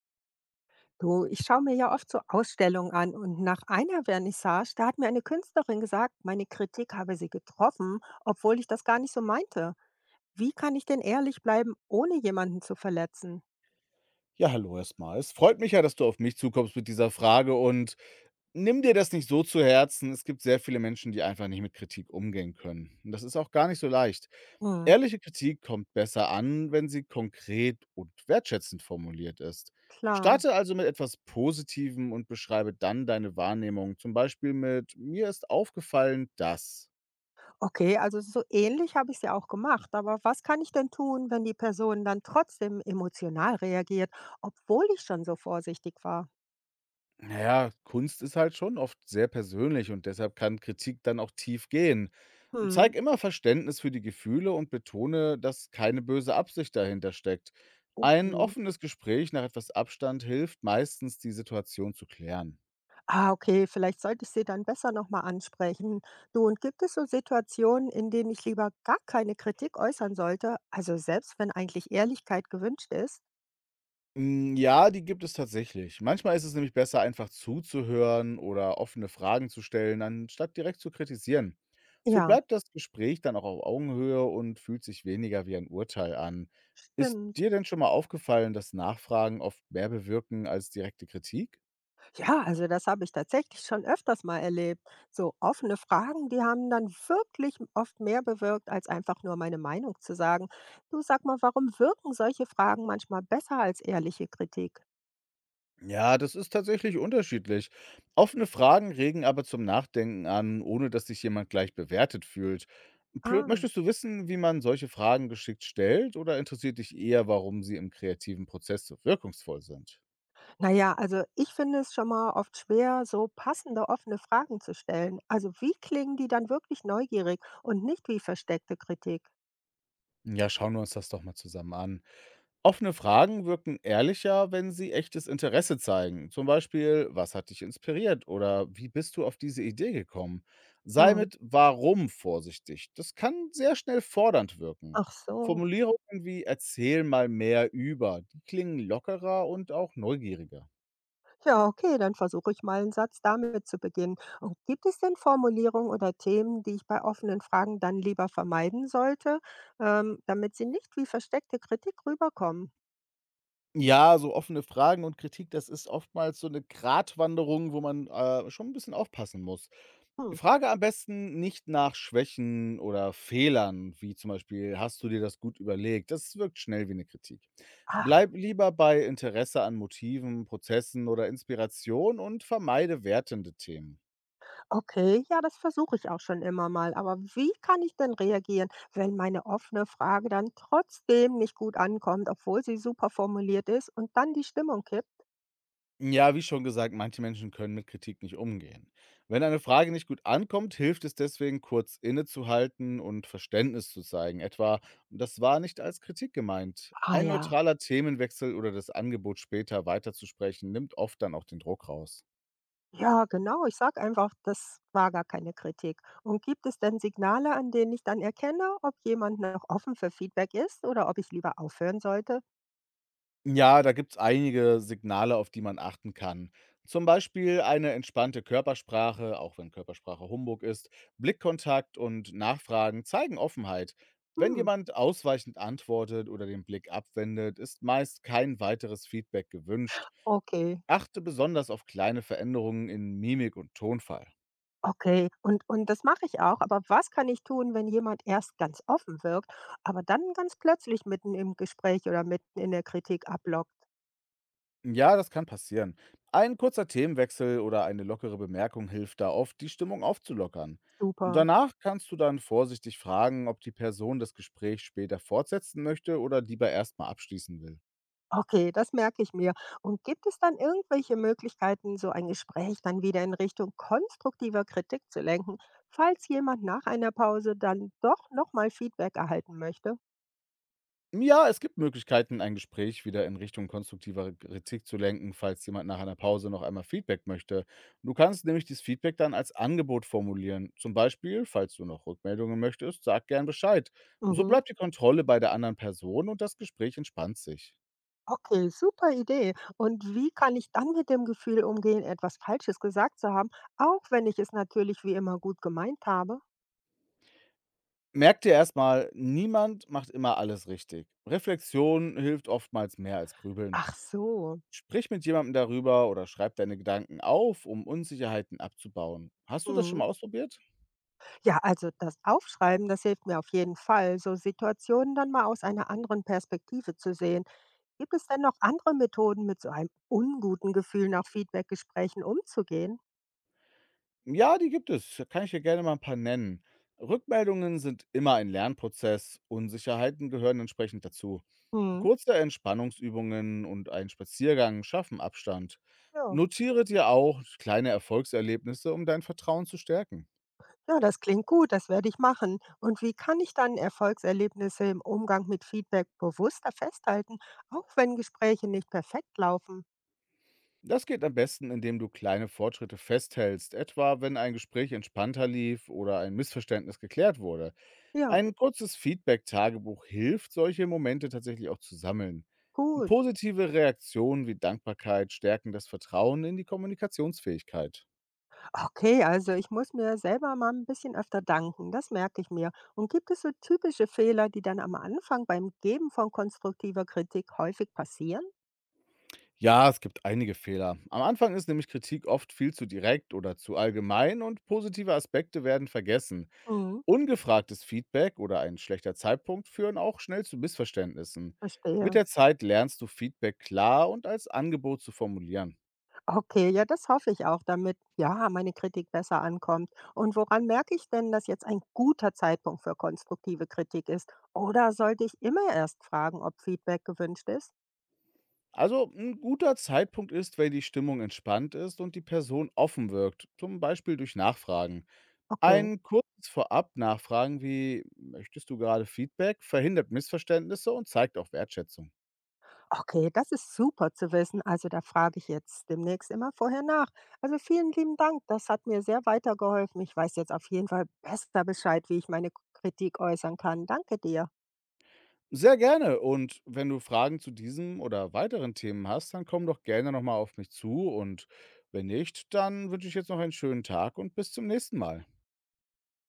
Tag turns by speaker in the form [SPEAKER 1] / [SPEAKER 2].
[SPEAKER 1] Du, ich schaue mir ja oft so Ausstellungen an und nach einer Vernissage, da hat mir eine Künstlerin gesagt, meine Kritik habe sie getroffen, obwohl ich das gar nicht so meinte. Wie kann ich denn ehrlich bleiben, ohne jemanden zu verletzen?
[SPEAKER 2] Ja, hallo erstmal. Es freut mich ja, dass du auf mich zukommst mit dieser Frage und nimm dir das nicht so zu Herzen. Es gibt sehr viele Menschen, die einfach nicht mit Kritik umgehen können. Und das ist auch gar nicht so leicht.
[SPEAKER 1] Hm,
[SPEAKER 2] Ehrliche Kritik kommt besser an, wenn sie konkret und wertschätzend formuliert ist.
[SPEAKER 1] klar.
[SPEAKER 2] Starte also mit etwas Positivem und beschreibe dann deine Wahrnehmung. Zum Beispiel mit Mir ist aufgefallen, dass.
[SPEAKER 1] Okay, also so ähnlich habe ich es ja auch gemacht, aber was kann ich denn tun, wenn die Person dann trotzdem emotional reagiert, obwohl ich schon so vorsichtig war?
[SPEAKER 2] Na ja, Kunst ist halt schon oft sehr persönlich und deshalb kann Kritik dann auch tief gehen.
[SPEAKER 1] Hm,
[SPEAKER 2] Zeig immer Verständnis für die Gefühle und betone, dass keine böse Absicht dahinter steckt. Ein
[SPEAKER 1] okay.
[SPEAKER 2] offenes Gespräch nach etwas Abstand hilft meistens, die Situation zu klären.
[SPEAKER 1] Ah, okay, vielleicht sollte ich sie dann besser nochmal ansprechen. Du, und gibt es so Situationen, in denen ich lieber gar keine Kritik äußern sollte? Also selbst wenn eigentlich Ehrlichkeit gewünscht ist?
[SPEAKER 2] Hm, ja, die gibt es tatsächlich. Manchmal ist es nämlich besser, einfach zuzuhören oder offene Fragen zu stellen, anstatt direkt zu kritisieren. So
[SPEAKER 1] Ja,
[SPEAKER 2] bleibt das Gespräch dann auch auf Augenhöhe und fühlt sich weniger wie ein Urteil an. Ist
[SPEAKER 1] stimmt.
[SPEAKER 2] dir denn schon mal aufgefallen, dass Nachfragen oft mehr bewirken als direkte Kritik?
[SPEAKER 1] Ja, also das habe ich tatsächlich schon öfters mal erlebt. So offene Fragen, die haben dann wirklich oft mehr bewirkt, als einfach nur meine Meinung zu sagen. Du, sag mal, warum wirken solche Fragen manchmal besser als ehrliche Kritik?
[SPEAKER 2] Ja, das ist tatsächlich unterschiedlich. Offene Fragen regen aber zum Nachdenken an, ohne dass sich jemand gleich bewertet fühlt.
[SPEAKER 1] Ah.
[SPEAKER 2] Möchtest du wissen, wie man solche Fragen geschickt stellt oder interessiert dich eher, warum sie im kreativen Prozess so wirkungsvoll sind?
[SPEAKER 1] Na ja, also ich finde es schon mal oft schwer, so passende offene Fragen zu stellen. Also wie klingen die dann wirklich neugierig und nicht wie versteckte Kritik?
[SPEAKER 2] Ja, schauen wir uns das doch mal zusammen an. Offene Fragen wirken ehrlicher, wenn sie echtes Interesse zeigen. Zum Beispiel, was hat dich inspiriert oder wie bist du auf diese Idee gekommen? Sei
[SPEAKER 1] Hm.
[SPEAKER 2] mit Warum vorsichtig. Das kann sehr schnell fordernd wirken.
[SPEAKER 1] Ach so.
[SPEAKER 2] Formulierungen wie erzähl mal mehr über, die klingen lockerer und auch neugieriger.
[SPEAKER 1] Ja, okay, dann versuche ich mal einen Satz damit zu beginnen. Und gibt es denn Formulierungen oder Themen, die ich bei offenen Fragen dann lieber vermeiden sollte, damit sie nicht wie versteckte Kritik rüberkommen?
[SPEAKER 2] Ja, so offene Fragen und Kritik, das ist oftmals so eine Gratwanderung, wo man, schon ein bisschen aufpassen muss.
[SPEAKER 1] Hm.
[SPEAKER 2] Frage am besten nicht nach Schwächen oder Fehlern, wie zum Beispiel: „Hast du dir das gut überlegt?“ Das wirkt schnell wie eine Kritik.
[SPEAKER 1] Ach.
[SPEAKER 2] Bleib lieber bei Interesse an Motiven, Prozessen oder Inspiration und vermeide wertende Themen.
[SPEAKER 1] Okay, ja, das versuche ich auch schon immer mal. Aber wie kann ich denn reagieren, wenn meine offene Frage dann trotzdem nicht gut ankommt, obwohl sie super formuliert ist und dann die Stimmung kippt?
[SPEAKER 2] Ja, wie schon gesagt, manche Menschen können mit Kritik nicht umgehen. Wenn eine Frage nicht gut ankommt, hilft es deswegen, kurz innezuhalten und Verständnis zu zeigen. Etwa, das war nicht als Kritik gemeint.
[SPEAKER 1] Ah
[SPEAKER 2] Ein
[SPEAKER 1] ja.
[SPEAKER 2] neutraler Themenwechsel oder das Angebot, später weiterzusprechen, nimmt oft dann auch den Druck raus.
[SPEAKER 1] Ja, genau. Ich sage einfach, das war gar keine Kritik. Und gibt es denn Signale, an denen ich dann erkenne, ob jemand noch offen für Feedback ist oder ob ich lieber aufhören sollte?
[SPEAKER 2] Ja, da gibt's einige Signale, auf die man achten kann. Zum Beispiel eine entspannte Körpersprache, auch wenn Körpersprache Humbug ist, Blickkontakt und Nachfragen zeigen Offenheit. Wenn
[SPEAKER 1] Hm,
[SPEAKER 2] jemand ausweichend antwortet oder den Blick abwendet, ist meist kein weiteres Feedback gewünscht.
[SPEAKER 1] okay.
[SPEAKER 2] Achte besonders auf kleine Veränderungen in Mimik und Tonfall.
[SPEAKER 1] Okay, und das mache ich auch, aber was kann ich tun, wenn jemand erst ganz offen wirkt, aber dann ganz plötzlich mitten im Gespräch oder mitten in der Kritik ablockt?
[SPEAKER 2] Ja, das kann passieren. Ein kurzer Themenwechsel oder eine lockere Bemerkung hilft da oft, die Stimmung aufzulockern.
[SPEAKER 1] Super.
[SPEAKER 2] Danach kannst du dann vorsichtig fragen, ob die Person das Gespräch später fortsetzen möchte oder lieber erstmal abschließen will.
[SPEAKER 1] Okay, das merke ich mir. Und gibt es dann irgendwelche Möglichkeiten, so ein Gespräch dann wieder in Richtung konstruktiver Kritik zu lenken, falls jemand nach einer Pause dann doch nochmal Feedback erhalten möchte?
[SPEAKER 2] Ja, es gibt Möglichkeiten, ein Gespräch wieder in Richtung konstruktiver Kritik zu lenken, falls jemand nach einer Pause noch einmal Feedback möchte. Du kannst nämlich dieses Feedback dann als Angebot formulieren. Zum Beispiel, falls du noch Rückmeldungen möchtest, sag gern Bescheid. So
[SPEAKER 1] Mhm.
[SPEAKER 2] bleibt die Kontrolle bei der anderen Person und das Gespräch entspannt sich.
[SPEAKER 1] Okay, super Idee. Und wie kann ich dann mit dem Gefühl umgehen, etwas Falsches gesagt zu haben, auch wenn ich es natürlich wie immer gut gemeint habe?
[SPEAKER 2] Merk dir erstmal: niemand macht immer alles richtig. Reflexion hilft oftmals mehr als Grübeln.
[SPEAKER 1] Ach so.
[SPEAKER 2] Sprich mit jemandem darüber oder schreib deine Gedanken auf, um Unsicherheiten abzubauen. Hast du das schon mal
[SPEAKER 1] Mhm.
[SPEAKER 2] ausprobiert?
[SPEAKER 1] Ja, also das Aufschreiben, das hilft mir auf jeden Fall, so Situationen dann mal aus einer anderen Perspektive zu sehen. Gibt es denn noch andere Methoden, mit so einem unguten Gefühl nach Feedbackgesprächen umzugehen?
[SPEAKER 2] Ja, die gibt es. Da kann ich dir gerne mal ein paar nennen. Rückmeldungen sind immer ein Lernprozess. Unsicherheiten gehören entsprechend dazu.
[SPEAKER 1] Mhm.
[SPEAKER 2] Kurze Entspannungsübungen und ein Spaziergang schaffen Abstand.
[SPEAKER 1] Ja.
[SPEAKER 2] Notiere dir auch kleine Erfolgserlebnisse, um dein Vertrauen zu stärken.
[SPEAKER 1] Ja, das klingt gut, das werde ich machen. Und wie kann ich dann Erfolgserlebnisse im Umgang mit Feedback bewusster festhalten, auch wenn Gespräche nicht perfekt laufen?
[SPEAKER 2] Das geht am besten, indem du kleine Fortschritte festhältst, etwa wenn ein Gespräch entspannter lief oder ein Missverständnis geklärt wurde.
[SPEAKER 1] Ja,
[SPEAKER 2] Ein kurzes Feedback-Tagebuch hilft, solche Momente tatsächlich auch zu sammeln.
[SPEAKER 1] gut.
[SPEAKER 2] Positive Reaktionen wie Dankbarkeit stärken das Vertrauen in die Kommunikationsfähigkeit.
[SPEAKER 1] Okay, also ich muss mir selber mal ein bisschen öfter danken, das merke ich mir. Und gibt es so typische Fehler, die dann am Anfang beim Geben von konstruktiver Kritik häufig passieren?
[SPEAKER 2] Ja, es gibt einige Fehler. Am Anfang ist nämlich Kritik oft viel zu direkt oder zu allgemein und positive Aspekte werden vergessen.
[SPEAKER 1] Mhm,
[SPEAKER 2] Ungefragtes Feedback oder ein schlechter Zeitpunkt führen auch schnell zu Missverständnissen. Mit
[SPEAKER 1] verstehe.
[SPEAKER 2] der Zeit lernst du Feedback klar und als Angebot zu formulieren.
[SPEAKER 1] Okay, ja, das hoffe ich auch, damit, ja, meine Kritik besser ankommt. Und woran merke ich denn, dass jetzt ein guter Zeitpunkt für konstruktive Kritik ist? Oder sollte ich immer erst fragen, ob Feedback gewünscht ist?
[SPEAKER 2] Also ein guter Zeitpunkt ist, wenn die Stimmung entspannt ist und die Person offen wirkt, zum Beispiel durch Nachfragen.
[SPEAKER 1] Okay,
[SPEAKER 2] Ein kurzes Vorab-Nachfragen wie möchtest du gerade Feedback verhindert Missverständnisse und zeigt auch Wertschätzung.
[SPEAKER 1] okay, das ist super zu wissen. Also da frage ich jetzt demnächst immer vorher nach. Also vielen lieben Dank, das hat mir sehr weitergeholfen. Ich weiß jetzt auf jeden Fall besser Bescheid, wie ich meine Kritik äußern kann. Danke dir.
[SPEAKER 2] Sehr gerne. Und wenn du Fragen zu diesem oder weiteren Themen hast, dann komm doch gerne nochmal auf mich zu. Und wenn nicht, dann wünsche ich jetzt noch einen schönen Tag und bis zum nächsten Mal.